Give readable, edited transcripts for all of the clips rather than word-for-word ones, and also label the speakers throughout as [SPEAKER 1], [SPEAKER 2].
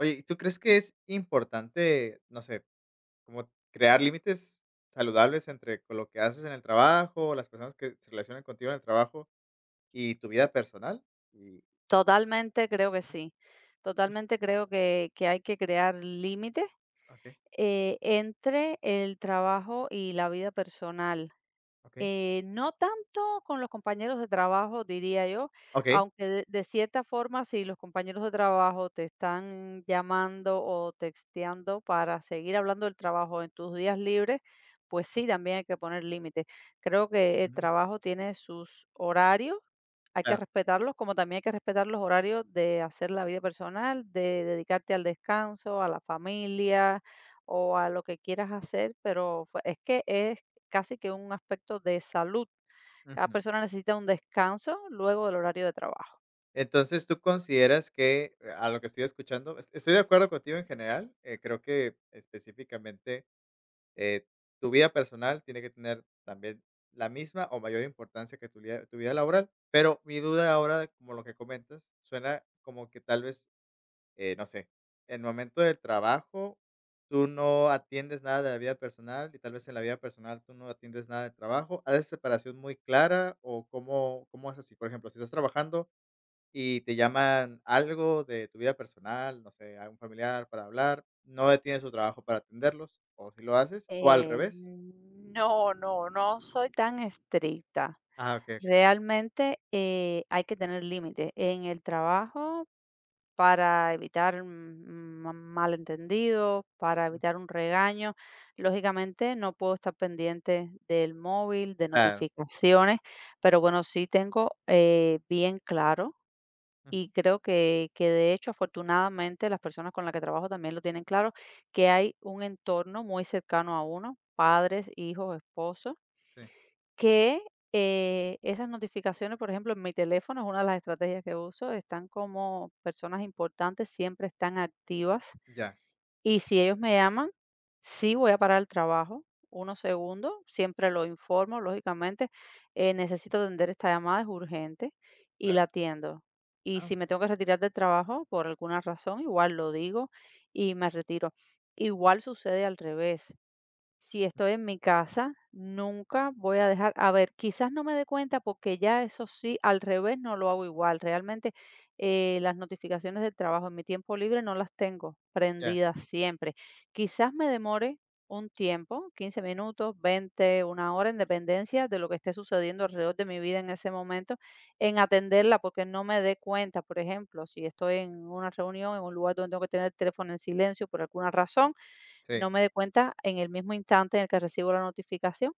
[SPEAKER 1] Oye, ¿y tú crees que es importante, no sé, como crear límites saludables entre con lo que haces en el trabajo, las personas que se relacionan contigo en el trabajo y tu vida personal? Y
[SPEAKER 2] Totalmente creo que
[SPEAKER 1] ah,
[SPEAKER 2] sí.
[SPEAKER 1] sí,
[SPEAKER 2] Totalmente creo que hay que crear límites,
[SPEAKER 1] okey,
[SPEAKER 2] entre el trabajo y la vida personal.
[SPEAKER 1] okey,
[SPEAKER 2] No tanto con los compañeros de trabajo, diría yo,
[SPEAKER 1] okey.
[SPEAKER 2] aunque de cierta forma, si los compañeros de trabajo te están llamando o texteando para seguir hablando del trabajo en tus días libres, pues sí, también hay que poner límites. Creo que el
[SPEAKER 1] Ujú,
[SPEAKER 2] trabajo tiene sus horarios, hay que
[SPEAKER 1] claro.
[SPEAKER 2] respetarlos, como también hay que respetar los horarios de hacer la vida personal, de dedicarte al descanso, a la familia o a lo que quieras hacer, pero es que es casi que un aspecto de salud. Cada
[SPEAKER 1] Ujú.
[SPEAKER 2] persona necesita un descanso luego del horario de trabajo.
[SPEAKER 1] Entonces, ¿tú consideras que, a lo que estoy escuchando? Es estoy de acuerdo contigo en general. Creo que específicamente eh, tu vida personal tiene que tener también la misma o mayor importancia que tu vida laboral. Pero mi duda ahora, como lo que comentas, suena como que tal vez, no sé, en el momento del trabajo tú no atiendes nada de la vida personal y tal vez en la vida personal tú no atiendes nada del trabajo. ¿Haces separación muy clara o cómo, cómo es así? Por ejemplo, si estás trabajando y te llaman algo de tu vida personal, no sé, a un familiar para hablar, no detienes tu trabajo para atenderlos, o si lo haces, o al
[SPEAKER 2] Eh,
[SPEAKER 1] revés.
[SPEAKER 2] no, no, no soy tan estricta.
[SPEAKER 1] Ah, okey, okey,
[SPEAKER 2] Realmente hay que tener límites en el trabajo para evitar malentendidos, para evitar un regaño. Lógicamente no puedo estar pendiente del móvil, de
[SPEAKER 1] claro.
[SPEAKER 2] notificaciones, pero bueno, sí tengo bien claro.
[SPEAKER 1] Ujú,
[SPEAKER 2] Y creo que de hecho, afortunadamente, las personas con las que trabajo también lo tienen claro, que hay un entorno muy cercano a uno, padres, hijos, esposos,
[SPEAKER 1] sí,
[SPEAKER 2] que, esas notificaciones, por ejemplo, en mi teléfono, es una de las estrategias que uso, están como personas importantes, siempre están activas.
[SPEAKER 1] ya,
[SPEAKER 2] Y si ellos me llaman, sí voy a parar el trabajo unos segundos, siempre lo informo, lógicamente, necesito atender esta llamada, es urgente, y
[SPEAKER 1] claro.
[SPEAKER 2] la atiendo. Y
[SPEAKER 1] Ah,
[SPEAKER 2] si me
[SPEAKER 1] muy
[SPEAKER 2] tengo que retirar del trabajo por alguna razón, igual lo digo y me retiro. Igual sucede al revés. Si estoy en mi casa, nunca voy a dejar, a ver, quizás no me dé cuenta porque ya eso sí, al revés no lo hago igual. Realmente las notificaciones del trabajo en mi tiempo libre no las tengo
[SPEAKER 1] ya,
[SPEAKER 2] prendidas siempre. Quizás me demore un tiempo, 15 minutos, 20, una hora, en dependencia de lo que esté sucediendo alrededor de mi vida en ese momento, en atenderla porque no me dé cuenta. Por ejemplo, si estoy en una reunión, en un lugar donde tengo que tener el teléfono en silencio por alguna razón,
[SPEAKER 1] sí,
[SPEAKER 2] no me di cuenta en el mismo instante en el que recibo la notificación,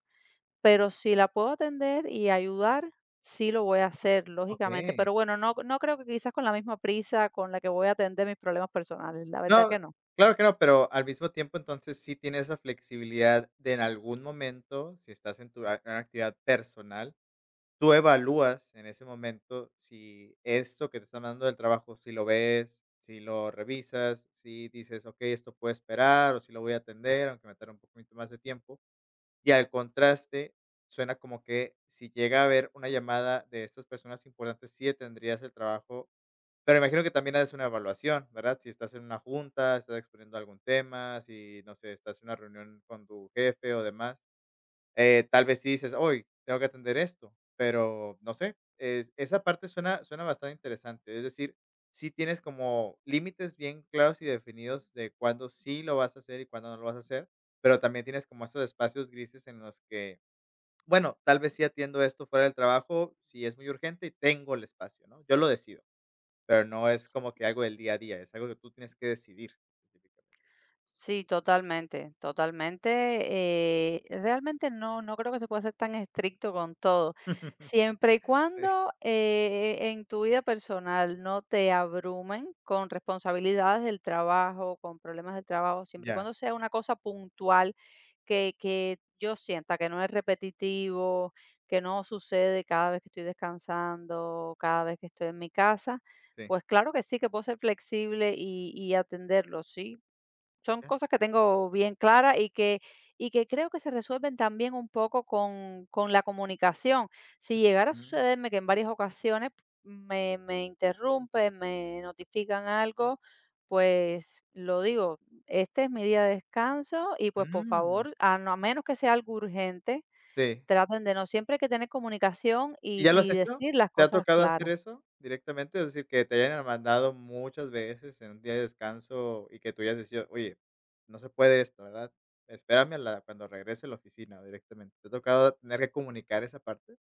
[SPEAKER 2] pero si la puedo atender y ayudar, sí lo voy a hacer, lógicamente.
[SPEAKER 1] okey.
[SPEAKER 2] Pero bueno, no creo que quizás con la misma prisa con la que voy a atender mis problemas personales, la verdad
[SPEAKER 1] No,
[SPEAKER 2] que no.
[SPEAKER 1] claro que no, pero al mismo tiempo, entonces, sí tienes esa flexibilidad de en algún momento, si estás en tu a en una actividad personal, tú evalúas en ese momento si esto que te están dando del trabajo, si lo ves, si lo revisas, si dices, ok, esto puede esperar o si lo voy a atender, aunque me tarde un poquito más de tiempo. Y al contraste, suena como que si llega a haber una llamada de estas personas importantes, sí tendrías el trabajo. Pero imagino que también haces una evaluación, ¿verdad? Si estás en una junta, estás exponiendo algún tema, si, no sé, estás en una reunión con tu jefe o demás, tal vez sí dices: "Hoy tengo que atender esto", pero no sé, es esa parte suena bastante interesante. Es decir, sí tienes como límites bien claros y definidos de cuándo sí lo vas a hacer y cuándo no lo vas a hacer, pero también tienes como esos espacios grises en los que, bueno, tal vez sí atiendo esto fuera del trabajo, si es muy urgente y tengo el espacio, ¿no? Yo lo decido, pero no es como que algo del día a día, es algo que tú tienes que decidir específicamente.
[SPEAKER 2] Sí, totalmente, totalmente. Realmente no, no creo que se pueda ser tan estricto con todo. Siempre y
[SPEAKER 1] Sí,
[SPEAKER 2] cuando en tu vida personal no te abrumen con responsabilidades del trabajo, con problemas del trabajo, siempre y
[SPEAKER 1] ya,
[SPEAKER 2] cuando sea una cosa puntual que yo sienta que no es repetitivo, que no sucede cada vez que estoy descansando, cada vez que estoy en mi casa,
[SPEAKER 1] sí.
[SPEAKER 2] pues claro que sí, que puedo ser flexible y atenderlo, sí. Son
[SPEAKER 1] Ya.
[SPEAKER 2] cosas que tengo bien claras y que creo que se resuelven también un poco con la comunicación. Si llegara a
[SPEAKER 1] Mm,
[SPEAKER 2] sucederme que en varias ocasiones me interrumpen, me notifican algo, pues lo digo, este es mi día de descanso y pues por
[SPEAKER 1] mm,
[SPEAKER 2] favor, a no a menos que sea algo urgente,
[SPEAKER 1] sí.
[SPEAKER 2] traten de no siempre hay que tener comunicación
[SPEAKER 1] ¿Y ya lo has
[SPEAKER 2] y
[SPEAKER 1] hecho?
[SPEAKER 2] decir las
[SPEAKER 1] ¿Te ha
[SPEAKER 2] cosas
[SPEAKER 1] tocado hacer
[SPEAKER 2] claras.
[SPEAKER 1] eso directamente? Es decir, que te hayan mandado muchas veces en un día de descanso y que tú hayas decidido: "Oye, no se puede esto, ¿verdad? Espérame a la cuando regrese a la oficina", o directamente, ¿te ha tocado tener que comunicar esa parte?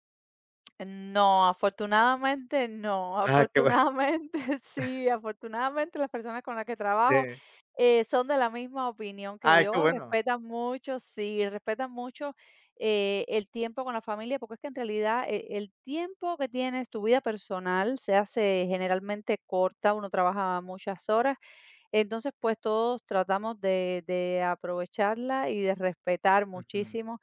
[SPEAKER 2] No, afortunadamente no,
[SPEAKER 1] Ah, qué bueno,
[SPEAKER 2] afortunadamente sí, afortunadamente las personas con las que trabajo
[SPEAKER 1] sí.
[SPEAKER 2] son de la misma opinión que
[SPEAKER 1] Ay, qué
[SPEAKER 2] yo,
[SPEAKER 1] bueno.
[SPEAKER 2] respetan mucho, sí, respetan mucho el tiempo con la familia, porque es que en realidad el tiempo que tienes, tu vida personal, se hace generalmente corta, uno trabaja muchas horas, entonces pues todos tratamos de aprovecharla y de respetar
[SPEAKER 1] Ujú.
[SPEAKER 2] muchísimo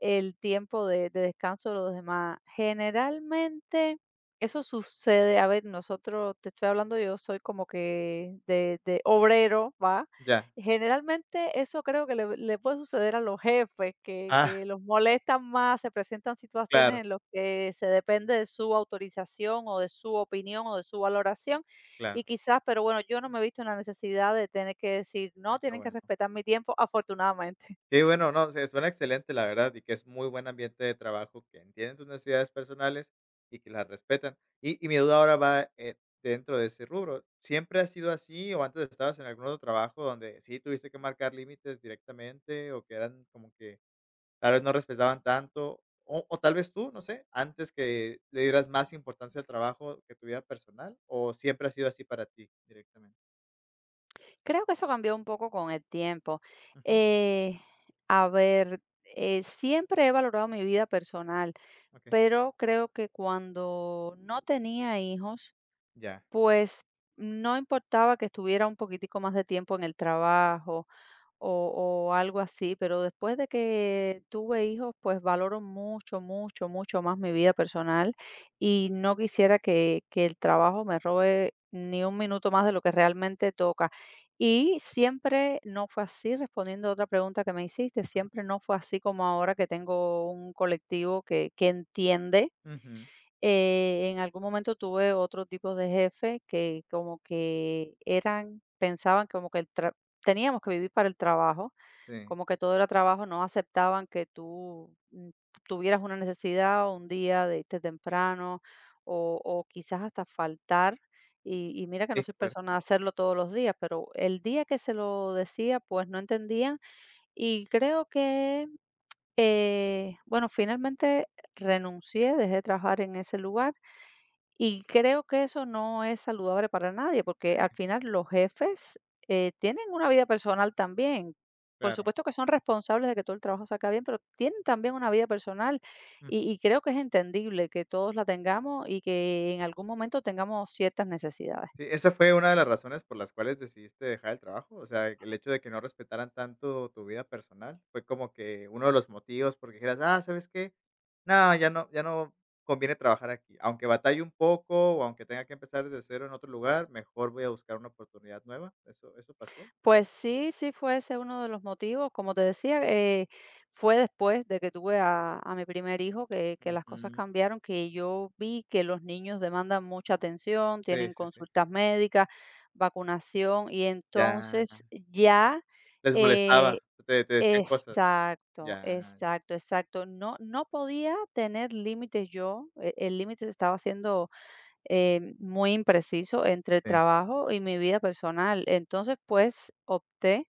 [SPEAKER 2] el tiempo de descanso de los demás. Generalmente eso sucede, a ver, nosotros, te estoy hablando, yo soy como que de obrero, ¿va?
[SPEAKER 1] Ya.
[SPEAKER 2] Generalmente eso creo que le puede suceder a los jefes, que,
[SPEAKER 1] Ah,
[SPEAKER 2] que los molestan más, se presentan situaciones
[SPEAKER 1] claro,
[SPEAKER 2] en las que se depende de su autorización o de su opinión o de su valoración
[SPEAKER 1] claro.
[SPEAKER 2] y quizás, pero bueno, yo no me he visto en la necesidad de tener que decir,
[SPEAKER 1] Ay,
[SPEAKER 2] no,
[SPEAKER 1] qué
[SPEAKER 2] tienen que
[SPEAKER 1] bueno.
[SPEAKER 2] respetar mi tiempo, afortunadamente.
[SPEAKER 1] Qué bueno, no, se suena excelente, la verdad, y que es muy buen ambiente de trabajo, que entienden sus necesidades personales y que las respetan. Y mi duda ahora va, dentro de ese rubro, ¿siempre ha sido así o antes estabas en algún otro trabajo donde sí tuviste que marcar límites directamente o que eran como que tal vez no respetaban tanto? O tal vez tú, no sé, antes que le dieras más importancia al trabajo que tu vida personal, ¿o siempre ha sido así para ti directamente?
[SPEAKER 2] Creo que eso cambió un poco con el tiempo.
[SPEAKER 1] Ujú,
[SPEAKER 2] Eh, a ver, siempre he valorado mi vida personal,
[SPEAKER 1] okey,
[SPEAKER 2] pero creo que cuando no tenía hijos,
[SPEAKER 1] ya.
[SPEAKER 2] pues no importaba que estuviera un poquitico más de tiempo en el trabajo o algo así, pero después de que tuve hijos, pues valoro mucho, mucho, mucho más mi vida personal y no quisiera que el trabajo me robe ni un minuto más de lo que realmente toca. Y siempre no fue así, respondiendo a otra pregunta que me hiciste, siempre no fue así como ahora que tengo un colectivo que entiende.
[SPEAKER 1] Ujú,
[SPEAKER 2] En algún momento tuve otro tipo de jefe que como que eran pensaban como que el tra teníamos que vivir para el trabajo,
[SPEAKER 1] sí,
[SPEAKER 2] como que todo era trabajo, no aceptaban que tú, tuvieras una necesidad o un día de irte temprano o quizás hasta faltar. Y mira que no
[SPEAKER 1] es
[SPEAKER 2] soy persona
[SPEAKER 1] fuerte,
[SPEAKER 2] de hacerlo todos los días, pero el día que se lo decía, pues, no entendían. Y creo que, bueno, finalmente renuncié, dejé de trabajar en ese lugar. Y creo que eso no es saludable para nadie, porque al
[SPEAKER 1] sí,
[SPEAKER 2] final los jefes tienen una vida personal también. Por
[SPEAKER 1] claro.
[SPEAKER 2] supuesto que son responsables de que todo el trabajo salga bien, pero tienen también una vida personal y creo que es entendible que todos la tengamos y que en algún momento tengamos ciertas necesidades.
[SPEAKER 1] Sí, ¿esa fue una de las razones por las cuales decidiste dejar el trabajo? O sea, el hecho de que no respetaran tanto tu vida personal, ¿fue como que uno de los motivos porque dijeras: "Ah, ¿sabes qué? No, ya no conviene trabajar aquí. Aunque batalle un poco o aunque tenga que empezar desde cero en otro lugar, mejor voy a buscar una oportunidad nueva", ¿eso pasó?
[SPEAKER 2] Pues sí, sí fue ese uno de los motivos. Como te decía, fue después de que tuve a mi primer hijo que las cosas
[SPEAKER 1] Ujú.
[SPEAKER 2] cambiaron, que yo vi que los niños demandan mucha atención,
[SPEAKER 1] Sí,
[SPEAKER 2] tienen
[SPEAKER 1] sí, sí.
[SPEAKER 2] consultas médicas, vacunación, y
[SPEAKER 1] Ya.
[SPEAKER 2] entonces ya,
[SPEAKER 1] Les molestaba,
[SPEAKER 2] eh,
[SPEAKER 1] te decían cosas.
[SPEAKER 2] exacto,
[SPEAKER 1] Ya, ya.
[SPEAKER 2] exacto, exacto. No, no podía tener límites yo, el límite se estaba haciendo muy impreciso entre el
[SPEAKER 1] Sí.
[SPEAKER 2] trabajo y mi vida personal. Entonces, pues opté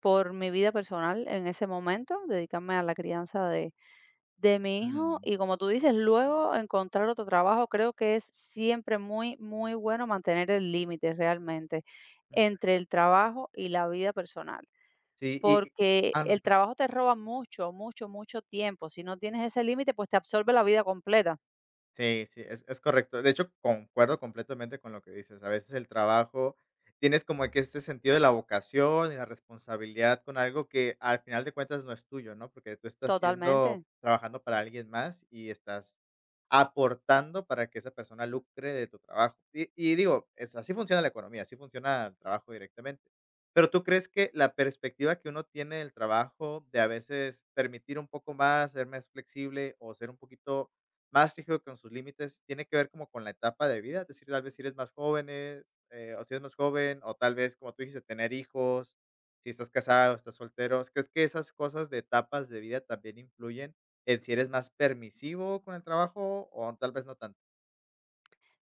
[SPEAKER 2] por mi vida personal en ese momento, dedicarme a la crianza de mi hijo
[SPEAKER 1] Mm.
[SPEAKER 2] y como tú dices, luego encontrar otro trabajo, creo que es siempre muy, muy bueno mantener el límite realmente
[SPEAKER 1] Mm.
[SPEAKER 2] entre el trabajo y la vida personal.
[SPEAKER 1] Sí, y
[SPEAKER 2] Porque
[SPEAKER 1] ah, no,
[SPEAKER 2] el trabajo te roba mucho, mucho, mucho tiempo. Si no tienes ese límite, pues te absorbe la vida completa.
[SPEAKER 1] Sí, sí, es correcto. De hecho, concuerdo completamente con lo que dices. A veces el trabajo tienes como que este sentido de la vocación y la responsabilidad con algo que al final de cuentas no es tuyo, ¿no? Porque tú estás haciendo,
[SPEAKER 2] Totalmente.
[SPEAKER 1] trabajando para alguien más y estás aportando para que esa persona lucre de tu trabajo. Y digo, es así funciona la economía, así funciona el trabajo directamente. Pero, ¿tú crees que la perspectiva que uno tiene del trabajo, de a veces permitir un poco más, ser más flexible o ser un poquito más rígido con sus límites, tiene que ver como con la etapa de vida, es decir, tal vez si eres más jóvenes, o si eres más joven, o tal vez, como tú dijiste, tener hijos, si estás casado, estás soltero, ¿crees que esas cosas de etapas de vida también influyen en si eres más permisivo con el trabajo o tal vez no tanto?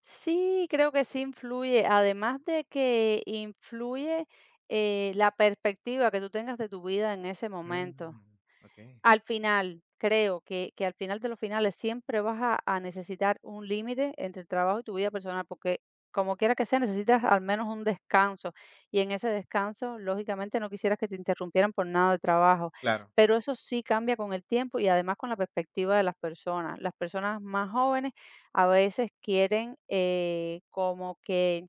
[SPEAKER 2] Sí, creo que sí influye, además de que influye la perspectiva que tú tengas de tu vida en ese momento.
[SPEAKER 1] Mm. Okey,
[SPEAKER 2] Al final, creo que al final de los finales siempre vas a necesitar un límite entre el trabajo y tu vida personal, porque como quiera que sea, necesitas al menos un descanso, y en ese descanso, lógicamente, no quisieras que te interrumpieran por nada de trabajo,
[SPEAKER 1] claro.
[SPEAKER 2] pero eso sí cambia con el tiempo y además con la perspectiva de las personas. Las personas más jóvenes a veces quieren, como que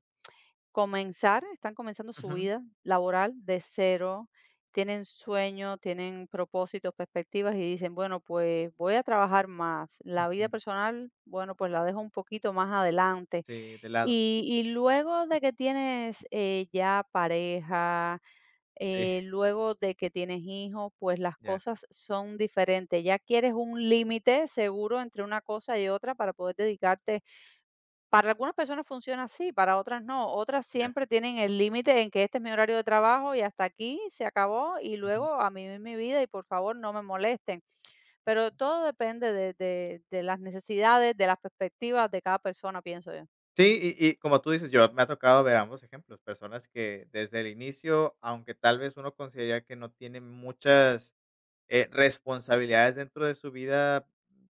[SPEAKER 2] comenzar, están comenzando su vida laboral de cero, tienen sueño, tienen propósitos, perspectivas y dicen, bueno, pues voy a trabajar más.
[SPEAKER 1] Ujú,
[SPEAKER 2] La vida
[SPEAKER 1] ujú.
[SPEAKER 2] personal, bueno, pues la dejo un poquito más adelante.
[SPEAKER 1] Sí, de lado.
[SPEAKER 2] Y luego de que tienes ya pareja,
[SPEAKER 1] Sí,
[SPEAKER 2] luego de que tienes hijos, pues las
[SPEAKER 1] ya,
[SPEAKER 2] cosas son diferentes. Ya quieres un límite seguro entre una cosa y otra para poder dedicarte, para algunas personas funciona así, para otras no. Otras
[SPEAKER 1] ya.
[SPEAKER 2] siempre tienen el límite en que este es mi horario de trabajo y hasta aquí se acabó y luego a mí mi vida y por favor no me molesten. Pero todo depende de las necesidades, de las perspectivas de cada persona, pienso yo.
[SPEAKER 1] Sí, como tú dices, yo me ha tocado ver ambos ejemplos, personas que desde el inicio, aunque tal vez uno consideraría que no tiene muchas responsabilidades dentro de su vida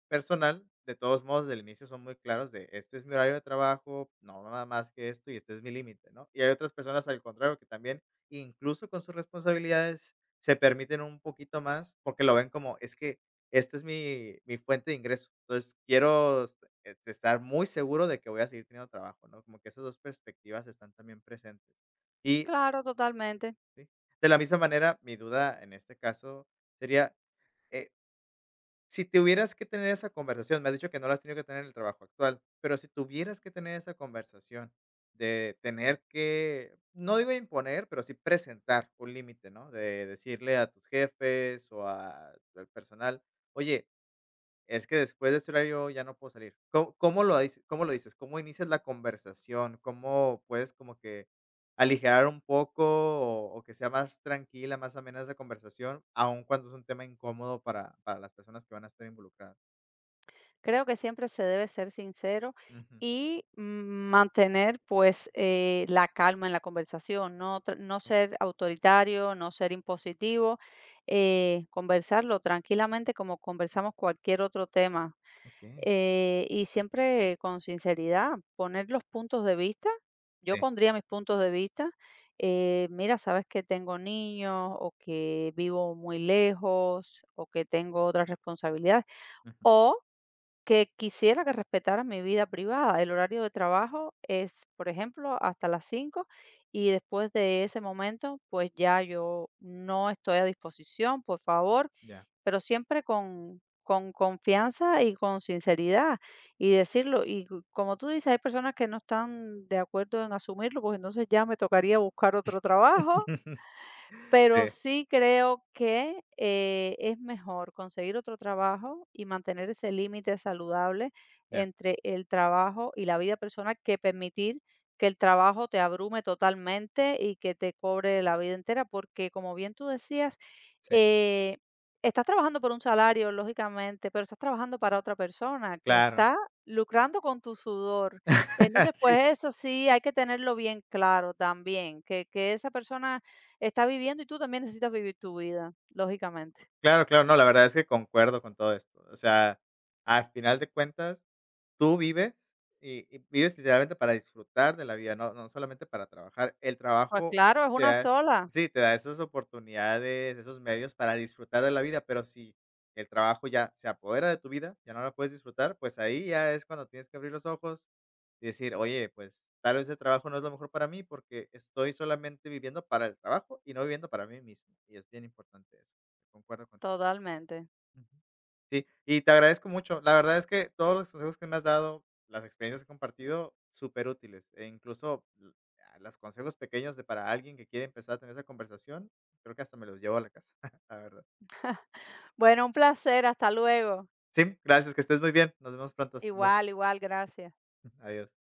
[SPEAKER 1] personal, de todos modos, desde el inicio son muy claros de este es mi horario de trabajo, no nada más que esto y este es mi límite, ¿no? Y hay otras personas al contrario que también, incluso con sus responsabilidades, se permiten un poquito más porque lo ven como es que esta es mi, mi fuente de ingreso. Entonces, quiero estar muy seguro de que voy a seguir teniendo trabajo, ¿no? Como que esas dos perspectivas están también presentes. Y
[SPEAKER 2] Claro, totalmente.
[SPEAKER 1] sí, de la misma manera, mi duda en este caso sería, eh, si tuvieras que tener esa conversación, me has dicho que no la has tenido que tener en el trabajo actual, pero si tuvieras que tener esa conversación de tener que, no digo imponer, pero sí presentar un límite, ¿no? De decirle a tus jefes o al personal, oye, es que después de este horario ya no puedo salir. ¿Có cómo lo dice cómo lo dices? ¿Cómo inicias la conversación? ¿Cómo puedes como que aligerar un poco o que sea más tranquila, más amena esa conversación, aun cuando es un tema incómodo para las personas que van a estar involucradas?
[SPEAKER 2] Creo que siempre se debe ser sincero
[SPEAKER 1] Ujú.
[SPEAKER 2] y mantener, pues, la calma en la conversación, no, no
[SPEAKER 1] Okey,
[SPEAKER 2] ser autoritario, no ser impositivo, conversarlo tranquilamente como conversamos cualquier otro tema, y siempre con sinceridad, poner los puntos de vista. Yo
[SPEAKER 1] sí.
[SPEAKER 2] pondría mis puntos de vista. Mira, sabes que tengo niños o que vivo muy lejos o que tengo otras responsabilidades
[SPEAKER 1] Ujú.
[SPEAKER 2] o que quisiera que respetaran mi vida privada. El horario de trabajo es, por ejemplo, hasta las 5 y después de ese momento, pues ya yo no estoy a disposición, por favor,
[SPEAKER 1] Ya.
[SPEAKER 2] pero siempre con confianza y con sinceridad y decirlo. Y como tú dices, hay personas que no están de acuerdo en asumirlo, pues entonces ya me tocaría buscar otro trabajo, pero
[SPEAKER 1] Sí,
[SPEAKER 2] sí creo que, es mejor conseguir otro trabajo y mantener ese límite saludable
[SPEAKER 1] ya.
[SPEAKER 2] entre el trabajo y la vida personal, que permitir que el trabajo te abrume totalmente y que te cobre la vida entera, porque como bien tú decías,
[SPEAKER 1] Sí.
[SPEAKER 2] eh, estás trabajando por un salario, lógicamente, pero estás trabajando para otra persona que
[SPEAKER 1] Claro.
[SPEAKER 2] está lucrando con tu sudor. Entonces,
[SPEAKER 1] Sí.
[SPEAKER 2] pues eso sí hay que tenerlo bien claro también, que esa persona está viviendo y tú también necesitas vivir tu vida, lógicamente.
[SPEAKER 1] Claro, claro. No, la verdad es que concuerdo con todo esto. O sea, al final de cuentas, tú vives y vives literalmente para disfrutar de la vida, no, no solamente para trabajar. El
[SPEAKER 2] Pues
[SPEAKER 1] trabajo
[SPEAKER 2] claro, es
[SPEAKER 1] te
[SPEAKER 2] una
[SPEAKER 1] da,
[SPEAKER 2] sola.
[SPEAKER 1] sí, te da esas oportunidades, esos medios para disfrutar de la vida, pero si el trabajo ya se apodera de tu vida, ya no la puedes disfrutar, pues ahí ya es cuando tienes que abrir los ojos y decir, oye, pues tal vez el trabajo no es lo mejor para mí porque estoy solamente viviendo para el trabajo y no viviendo para mí mismo. Y es bien importante eso. Concuerdo contigo.
[SPEAKER 2] Totalmente.
[SPEAKER 1] Ujú. Sí, y te agradezco mucho. La verdad es que todos los consejos que me has dado, las experiencias que he compartido, superútiles, e los consejos pequeños de para alguien que quiere empezar a tener esa conversación, creo que hasta me los llevo a la casa, la verdad.
[SPEAKER 2] Bueno, un placer, hasta luego.
[SPEAKER 1] Sí, gracias, que estés muy bien. Nos vemos pronto. Hasta luego.
[SPEAKER 2] Igual, igual, gracias.
[SPEAKER 1] Adiós.